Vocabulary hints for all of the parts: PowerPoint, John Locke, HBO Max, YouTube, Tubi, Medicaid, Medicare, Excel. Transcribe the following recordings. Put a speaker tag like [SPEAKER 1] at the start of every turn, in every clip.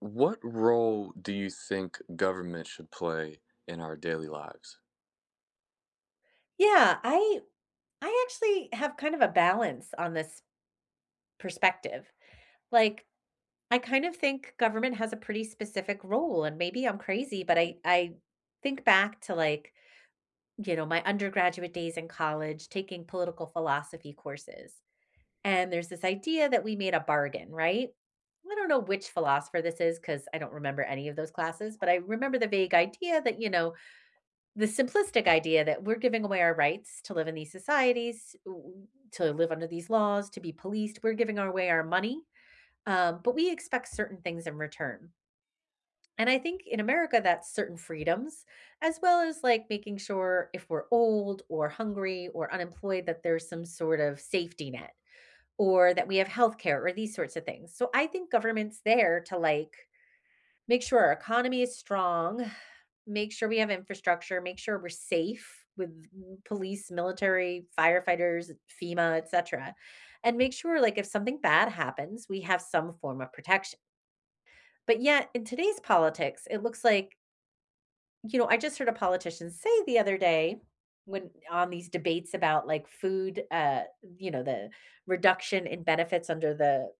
[SPEAKER 1] What role do you think government should play in our daily lives?
[SPEAKER 2] Yeah, I actually have kind of a balance on this perspective. Like I kind of think government has a pretty specific role and maybe I'm crazy, but I think back to my undergraduate days in college taking political philosophy courses. And there's this idea that we made a bargain, right? I don't know which philosopher this is because I don't remember any of those classes, but I remember the vague idea that, the simplistic idea that we're giving away our rights to live in these societies, to live under these laws, to be policed. We're giving away our money, but we expect certain things in return. And I think in America, that's certain freedoms, as well as like making sure if we're old or hungry or unemployed, that there's some sort of safety net or that we have healthcare or these sorts of things. So I think government's there to like make sure our economy is strong. Make sure we have infrastructure, make sure we're safe with police, military, firefighters, FEMA, etcetera, and make sure, like, if something bad happens, we have some form of protection. But yet, in today's politics, it looks like I just heard a politician say the other day when on these debates about, like, food, the reduction in benefits under the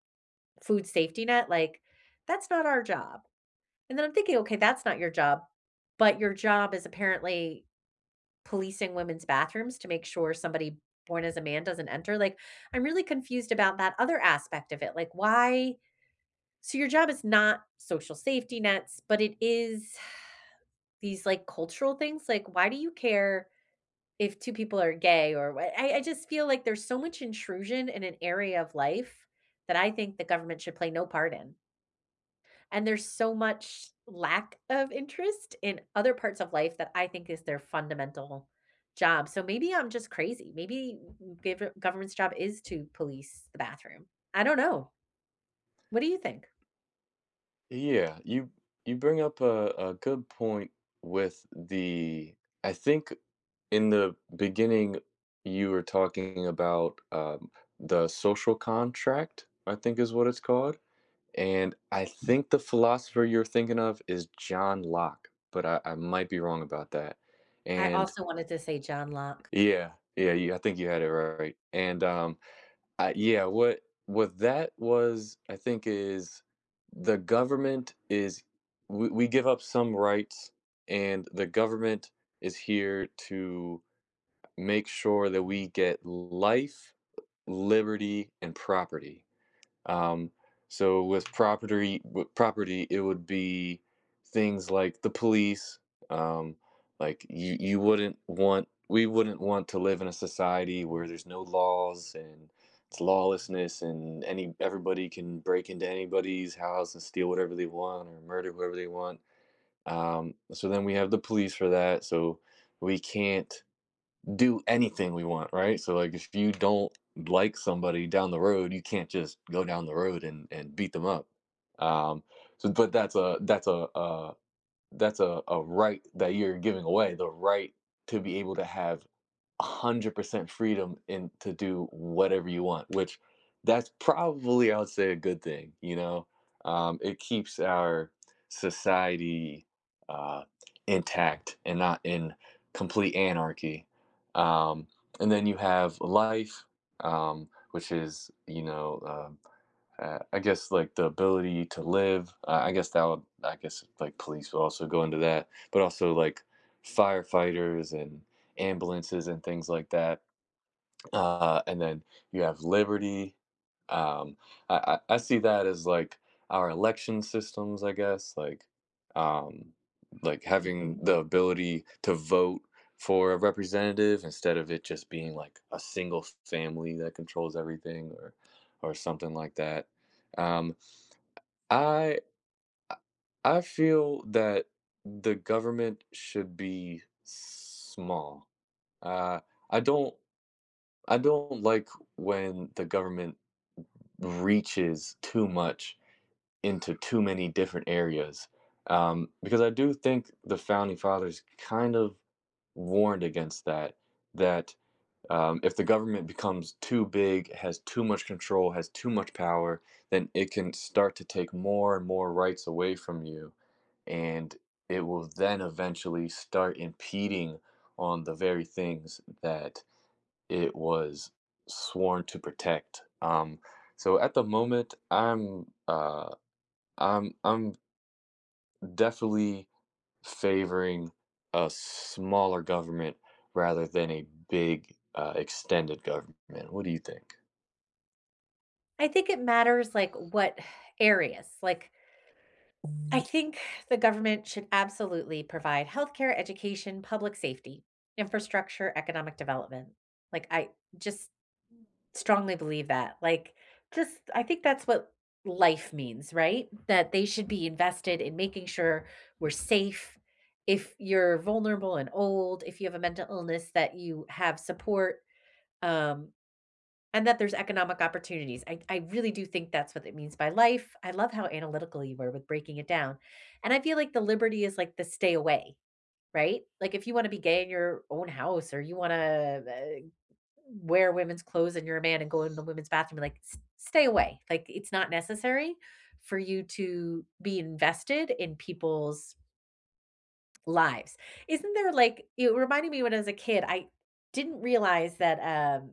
[SPEAKER 2] food safety net, like, "That's not our job." And then I'm thinking, "Okay, that's not your job," but your job is apparently policing women's bathrooms to make sure somebody born as a man doesn't enter? Like, I'm really confused about that other aspect of it. Like, why? So, your job is not social safety nets, but it is these like cultural things. Like, why do you care if two people are gay or what? I just feel like there's so much intrusion in an area of life that I think the government should play no part in. And there's so much lack of interest in other parts of life that I think is their fundamental job. So maybe I'm just crazy. Maybe government's job is to police the bathroom. I don't know. What do you think?
[SPEAKER 1] Yeah, you bring up a good point with the I think in the beginning you were talking about the social contract, I think is what it's called. And I think the philosopher you're thinking of is John Locke, but I might be wrong about that.
[SPEAKER 2] I
[SPEAKER 1] And
[SPEAKER 2] also wanted to say John Locke.
[SPEAKER 1] yeah, yeah, you, I think you had it right. And yeah, what that was, I think, is the government is we give up some rights, and the government is here to make sure that we get life, liberty, and property. Um, so with property, it would be things like the police. Um, like you wouldn't want, we wouldn't want to live in a society where there's no laws and it's lawlessness and any everybody can break into anybody's house and steal whatever they want or murder whoever they want. So then we have the police for that. So we can't do anything we want, right? So like if you don't like somebody down the road, you can't just go down the road and beat them up. Um so but that's a right that you're giving away, the right to be able to have 100% freedom in to do whatever you want, which that's probably, I would say, a good thing. It keeps our society uh, intact and not in complete anarchy. Um, and then you have life, which is, I guess like the ability to live. I guess that would, I guess like police would also go into that, but also like firefighters and ambulances and things like that. And then you have liberty. Um, I see that as like our election systems, I guess, um, like having
[SPEAKER 2] Mhm.
[SPEAKER 1] the ability to vote for a representative instead of it just being like a single family that controls everything or something like that. Um, I I feel that the government should be small. Uh, I don't. I don't like when the government reaches too much into too many different areas, because I do think the founding fathers kind of warned against that. That if the government becomes too big, has too much control, has too much power, then it can start to take more and more rights away from you, and it will then eventually start impeding on the very things that it was sworn to protect. So at the moment, I'm definitely favoring a smaller government rather than a big extended government. What do you think?
[SPEAKER 2] I think it matters like what areas. Like I think the government should absolutely provide healthcare, education, public safety, infrastructure, economic development. Like I just Strongly believe that. Like, just I think that's what life means, right? That they should be invested in making sure we're safe. If you're vulnerable and old, if you have a mental illness, that you have support, um, and that there's economic opportunities. I really do think that's what it means by life. I love how analytical you were with breaking it down. And I feel like the liberty is like the stay away. Right? Like, if you wanna be gay in your own house or you wanna, wear women's clothes and you're a man and go in the women's bathroom, like, s stay away. Like, it's not necessary for you to be invested in people's lives. Isn't there, like it reminded me when I was a kid, I didn't realize that,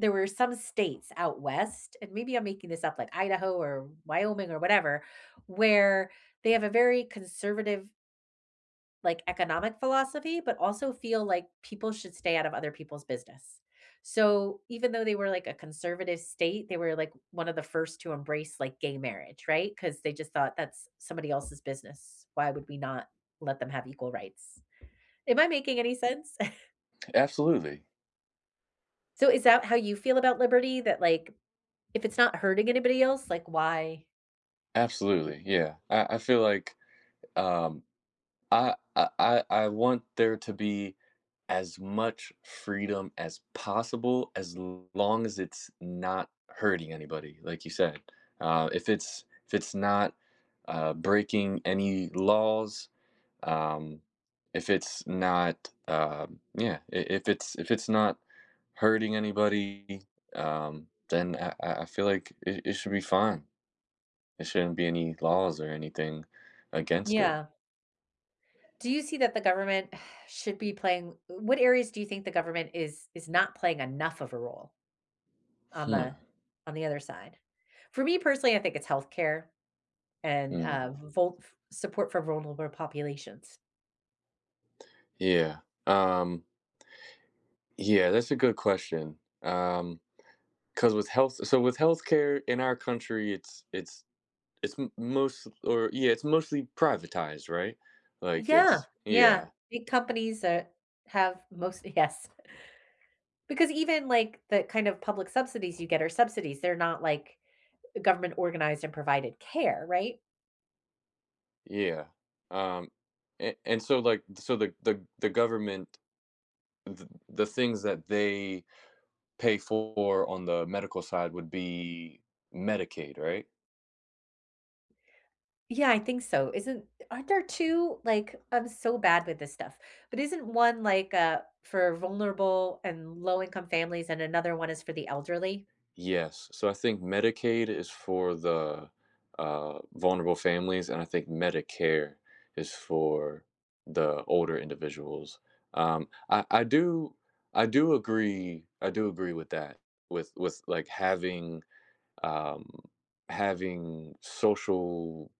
[SPEAKER 2] there were some states out west, and maybe I'm making this up, like Idaho or Wyoming or whatever, where they have a very conservative like economic philosophy, but also feel like people should stay out of other people's business. So even though they were like a conservative state, they were like one of the first to embrace like gay marriage, right? Because they just thought that's somebody else's business. Why would we not let them have equal rights? Am I making any sense?
[SPEAKER 1] Absolutely,
[SPEAKER 2] So is that how you feel about liberty? That like if it's not hurting anybody else, like why? Yeah.
[SPEAKER 1] absolutely. Yeah, I feel like. Um, I want there to be as much freedom as possible, as long as it's not hurting anybody, like you said. If it's not breaking any laws, um, if it's not yeah, if it's not hurting anybody, then I feel like it should be fine. There shouldn't be any laws or anything against it.
[SPEAKER 2] Yeah. Do you see that the government should be playing what areas do you think the government is not playing enough of a role on
[SPEAKER 1] Hmm.
[SPEAKER 2] the on the other side? For me personally, I think it's healthcare. And,
[SPEAKER 1] Hmm.
[SPEAKER 2] vul support for vulnerable populations.
[SPEAKER 1] Yeah. Um, yeah, that's a good question. Because with health, so with healthcare in our country, it's m- most or yeah, it's mostly privatized, right? Like
[SPEAKER 2] Yeah,
[SPEAKER 1] it's
[SPEAKER 2] yeah,
[SPEAKER 1] yeah,
[SPEAKER 2] big companies that have most yes, because even, like, the kind of public subsidies you get are subsidies, they're not, like, government organized and provided care, right?
[SPEAKER 1] yeah. Um, and so like so the government the things that they pay for on the medical side would be Medicaid, right?
[SPEAKER 2] Yeah, I think so. Isn't Aren't there 2, like I'm so bad with this stuff, but isn't one, like, for vulnerable and low-income families and another one is for the elderly?
[SPEAKER 1] Yes. So I think Medicaid is for the vulnerable families, and I think Medicare is for the older individuals. Um, I, I do I do agree with that with like having um, having social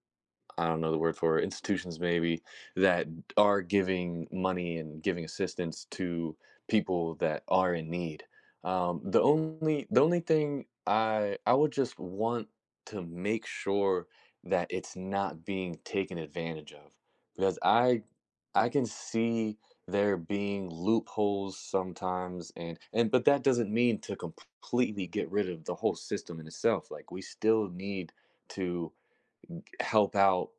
[SPEAKER 1] I don't know the word for it, institutions maybe that are giving money and giving assistance to people that are in need. The only thing I would just want to make sure that it's not being taken advantage of because I can see there being loopholes sometimes and but that doesn't mean to completely get rid of the whole system in itself like we still need to help out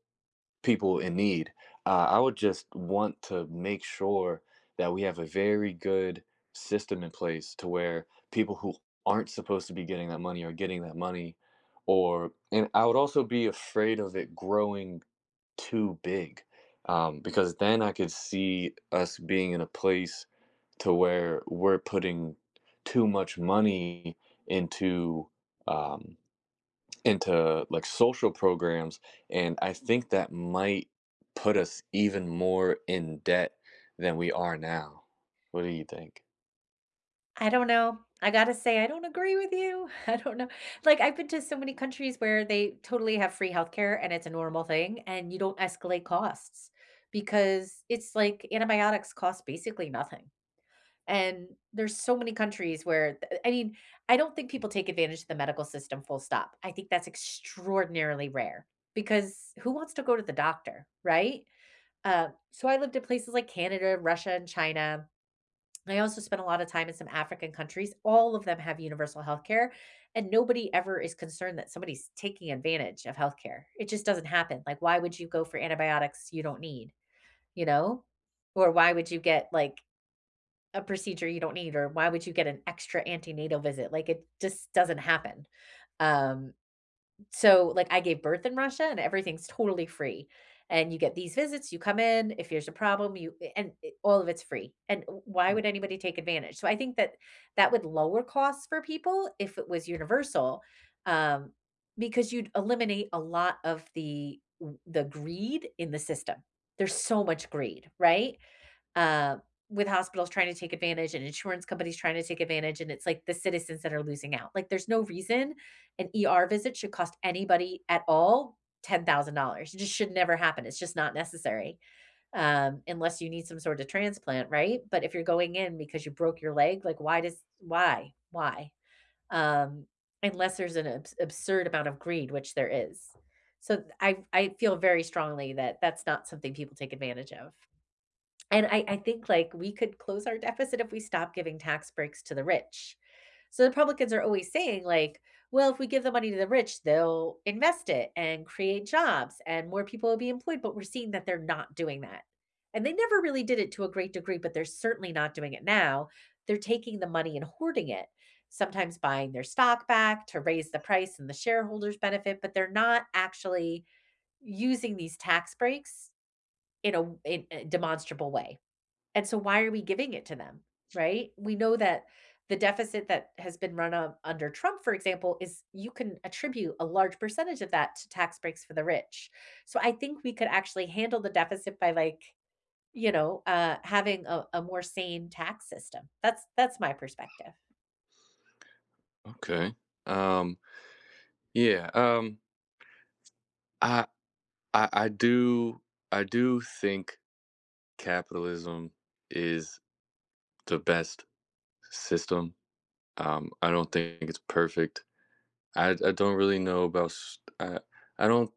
[SPEAKER 1] people in need. I would just want to make sure that we have a very good system in place to where people who aren't supposed to be getting that money are getting that money. Or, and I would also be afraid of it growing too big because then I could see us being in a place to where we're putting too much money into. Um, into like social programs and I think that might put us even more in debt than we are now. What do you think?
[SPEAKER 2] I don't know. I gotta say, I don't agree with you. I don't know. Like, I've been to so many countries where they totally have free healthcare and it's a normal thing, and you don't escalate costs because it's like antibiotics cost basically nothing. And there's so many countries where th I mean, I don't think people take advantage of the medical system full stop. I think that's extraordinarily rare because who wants to go to the doctor, right? So I lived in places like Canada, Russia, and China. I also spent a lot of time in some African countries. All of them have universal health care, and nobody ever is concerned that somebody's taking advantage of health care. It just doesn't happen. Like, why would you go for antibiotics you don't need, you know? Or why would you get, like, a procedure you don't need or why would you get an extra antenatal visit? Like, it just doesn't happen. Um, like, I gave birth in Russia and everything's totally free. And you get these visits, you come in, if there's a problem, you and all of it's free. And why
[SPEAKER 1] Hmm.
[SPEAKER 2] would anybody take advantage? So I think that that would lower costs for people if it was universal, um, because you'd eliminate a lot of the greed in the system. There's so much greed, right? uh, with hospitals trying to take advantage and insurance companies trying to take advantage, and it's like the citizens that are losing out. Like, there's no reason an ER visit should cost anybody at all $10,000. It just should never happen. It's just not necessary, unless you need some sort of transplant, right? But if you're going in because you broke your leg, like, why does why? Why? Um, unless there's an absurd amount of greed, which there is. So, th I feel very strongly that that's not something people take advantage of. And I think, like, we could close our deficit if we stop giving tax breaks to the rich. So the Republicans are always saying, like, "Well, if we give the money to the rich, they'll invest it and create jobs and more people will be employed," but we're seeing that they're not doing that. And they never really did it to a great degree, but they're certainly not doing it now. They're taking the money and hoarding it, sometimes buying their stock back to raise the price and the shareholders benefit, but they're not actually using these tax breaks in a in a demonstrable way. And so why are we giving it to them, right? We know that the deficit that has been run on under Trump, for example, is you can attribute a large percentage of that to tax breaks for the rich. So I think we could actually handle the deficit by having a more sane tax system. That's my perspective.
[SPEAKER 1] Okay. Um, yeah. I, I I do I do think capitalism is the best system. I don't think it's perfect. I don't really know about. I don't.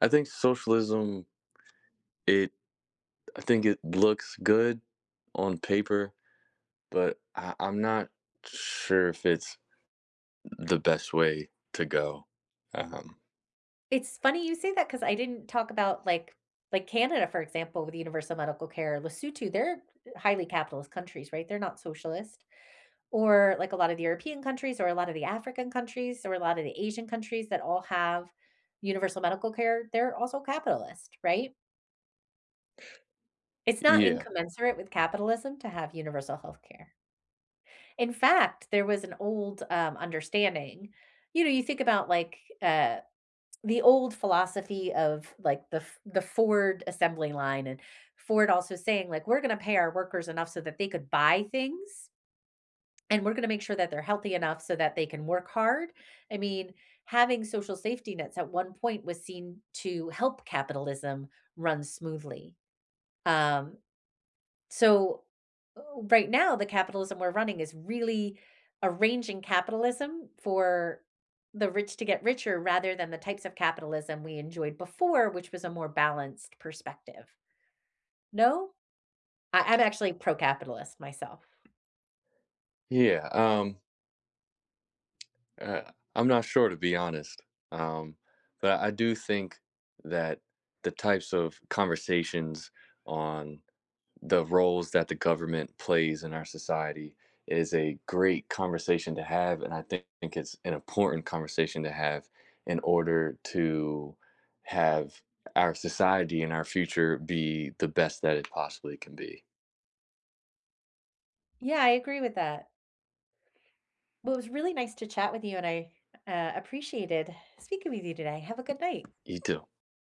[SPEAKER 1] I think socialism. It I think it looks good on paper, but I'm not sure if it's the best way to go. Um,
[SPEAKER 2] It's funny you say that because I didn't talk about like Canada, for example, with universal medical care, Lesotho, they're highly capitalist countries, right? They're not socialist. Or like a lot of the European countries or a lot of the African countries or a lot of the Asian countries that all have universal medical care, they're also capitalist, right? It's not
[SPEAKER 1] yeah,
[SPEAKER 2] incommensurate with capitalism to have universal health care. In fact, there was an old, understanding you know, you think about like, the old philosophy of like the Ford assembly line and Ford also saying like, "We're gonna pay our workers enough so that they could buy things." And we're gonna make sure that they're healthy enough so that they can work hard. I mean, having social safety nets at one point was seen to help capitalism run smoothly. Um, so right now, the capitalism we're running is really arranging capitalism for the rich to get richer rather than the types of capitalism we enjoyed before, which was a more balanced perspective. No? I I'm actually pro-capitalist myself.
[SPEAKER 1] yeah. I'm not sure to be honest, um, but I do think that the types of conversations on the roles that the government plays in our society is a great conversation to have and I think, it's an important conversation to have in order to have our society and our future be the best that it possibly can be.
[SPEAKER 2] Yeah, I agree with that. Well, it was really nice to chat with you, and I, appreciated speaking with you today. Have a good night.
[SPEAKER 1] You too.